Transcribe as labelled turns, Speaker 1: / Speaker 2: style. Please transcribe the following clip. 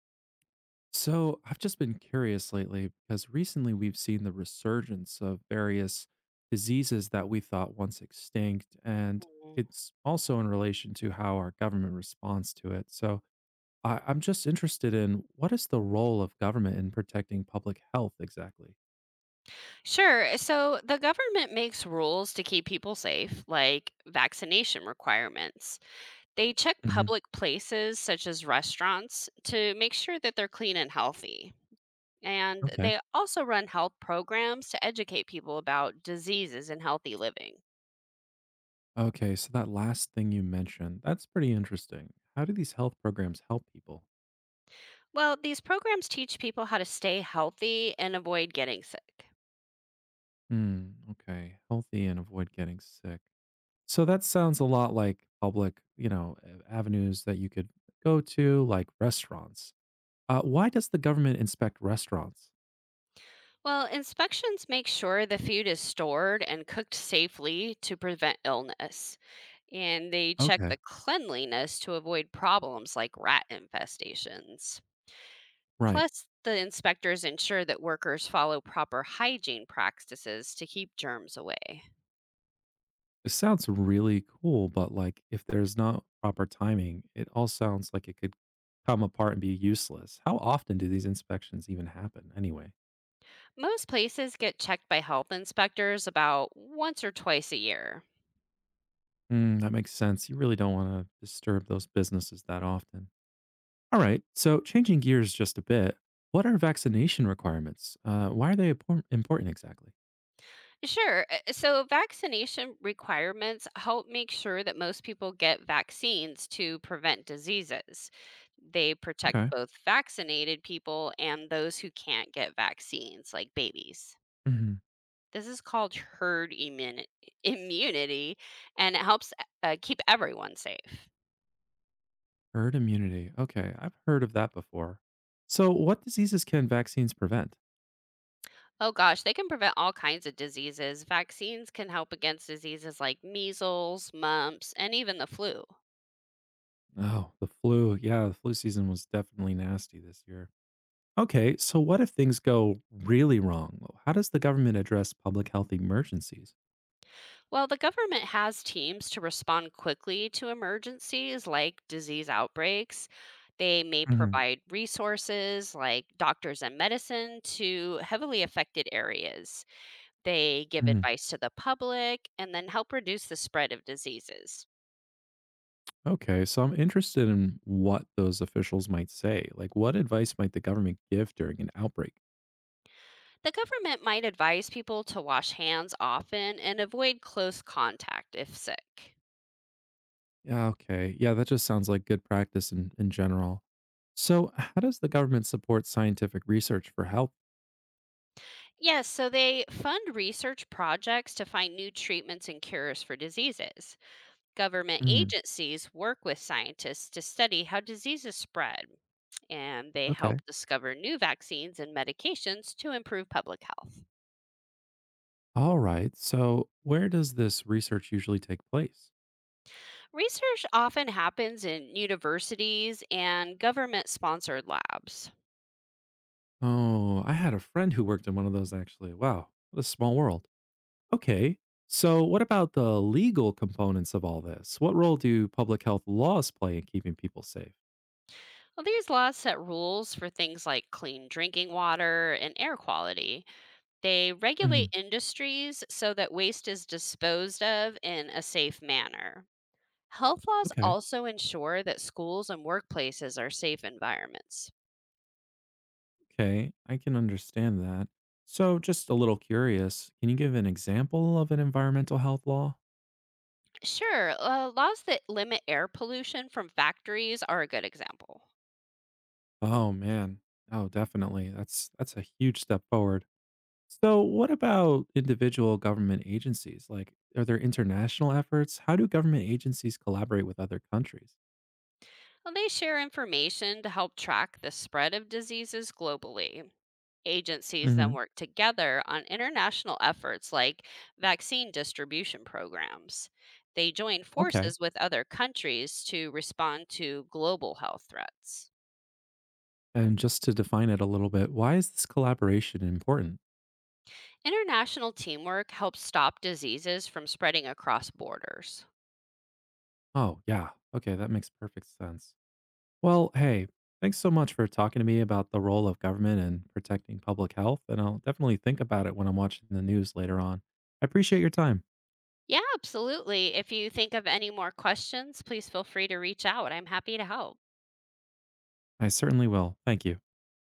Speaker 1: So, I've just been curious lately because recently we've seen the resurgence of various diseases that we thought once extinct. And
Speaker 2: Mm.
Speaker 1: it's also in relation to how our government responds to it. So, I'm just interested in what is the role of government in protecting public health exactly?
Speaker 2: Sure. So the government makes rules to keep people safe, like vaccination requirements. They check
Speaker 1: hmm
Speaker 2: public places, such as restaurants, to make sure that they're clean and healthy. And
Speaker 1: Okay.
Speaker 2: they also run health programs to educate people about diseases and healthy living.
Speaker 1: Okay. So, that last thing you mentioned, that's pretty interesting. How do these health programs help people?
Speaker 2: Well, these programs teach people how to stay healthy and avoid getting sick.
Speaker 1: Hmm. Okay. Healthy and avoid getting sick. So that sounds a lot like public, avenues that you could go to, like restaurants. Why does the government inspect restaurants?
Speaker 2: Well, inspections make sure the food is stored and cooked safely to prevent illness. And they check
Speaker 1: Okay,
Speaker 2: the cleanliness to avoid problems like rat infestations.
Speaker 1: right.
Speaker 2: Plus, the inspectors ensure that workers follow proper hygiene practices to keep germs away.
Speaker 1: It sounds really cool, but like if there's not proper timing, it all sounds like it could come apart and be useless. How often do these inspections even happen anyway?
Speaker 2: Most places get checked by health inspectors about once or twice a year.
Speaker 1: Mm, that makes sense. You really don't want to disturb those businesses that often. All right. So changing gears just a bit, what are vaccination requirements? Why are they important exactly?
Speaker 2: Sure. So, vaccination requirements help make sure that most people get vaccines to prevent diseases. They protect
Speaker 1: Okay.
Speaker 2: both vaccinated people and those who can't get vaccines, like babies.
Speaker 1: Mhm.
Speaker 2: This is called herd immuni immunity, and it helps, keep everyone safe.
Speaker 1: Herd immunity. Okay. I've heard of that before. So, what diseases can vaccines prevent?
Speaker 2: Oh gosh, they can prevent all kinds of diseases. Vaccines can help against diseases like measles, mumps, and even the flu.
Speaker 1: Oh, the flu. Yeah, the flu season was definitely nasty this year. Okay. So, what if things go really wrong? How does the government address public health emergencies?
Speaker 2: Well, the government has teams to respond quickly to emergencies like disease outbreaks. They may
Speaker 1: Mhm,
Speaker 2: provide resources like doctors and medicine to heavily affected areas. They give
Speaker 1: mhm.
Speaker 2: advice to the public and then help reduce the spread of diseases.
Speaker 1: Okay. So, I'm interested in what those officials might say. Like, what advice might the government give during an outbreak?
Speaker 2: The government might advise people to wash hands often and avoid close contact if sick.
Speaker 1: Yeah, okay. Yeah, that just sounds like good practice in general. So, how does the government support scientific research for health?
Speaker 2: Yes, so they fund research projects to find new treatments and cures for diseases. Government
Speaker 1: Mm,
Speaker 2: agencies work with scientists to study how diseases spread, and they
Speaker 1: okay.
Speaker 2: help discover new vaccines and medications to improve public health.
Speaker 1: All right. So, where does this research usually take place?
Speaker 2: Research often happens in universities and government sponsored labs.
Speaker 1: Oh, I had a friend who worked in one of those actually. Wow, what a small world. Okay. So, what about the legal components of all this? What role do public health laws play in keeping people safe?
Speaker 2: Well, these laws set rules for things like clean drinking water and air quality. They regulate
Speaker 1: hmm
Speaker 2: industries so that waste is disposed of in a safe manner. Health laws
Speaker 1: Okay.
Speaker 2: also ensure that schools and workplaces are safe environments.
Speaker 1: Okay, I can understand that. So, just a little curious, can you give an example of an environmental health law?
Speaker 2: Sure, laws that limit air pollution from factories are a good example.
Speaker 1: Oh man. Oh, definitely. That's a huge step forward. So, what about individual government agencies? Like, are there international efforts? How do government agencies collaborate with other countries?
Speaker 2: Well, they share information to help track the spread of diseases globally. Agencies then
Speaker 1: hmm
Speaker 2: work together on international efforts like vaccine distribution programs. They join
Speaker 1: Okay.
Speaker 2: forces with other countries to respond to global health threats.
Speaker 1: And just to define it a little bit, why is this collaboration important?
Speaker 2: International teamwork helps stop diseases from spreading across borders.
Speaker 1: Oh, yeah. Okay, that makes perfect sense. Well, hey, thanks so much for talking to me about the role of government in protecting public health. And I'll definitely think about it when I'm watching the news later on. I appreciate your time.
Speaker 2: Yeah, absolutely. If you think of any more questions, please feel free to reach out. I'm happy to help.
Speaker 1: I certainly will. Thank you.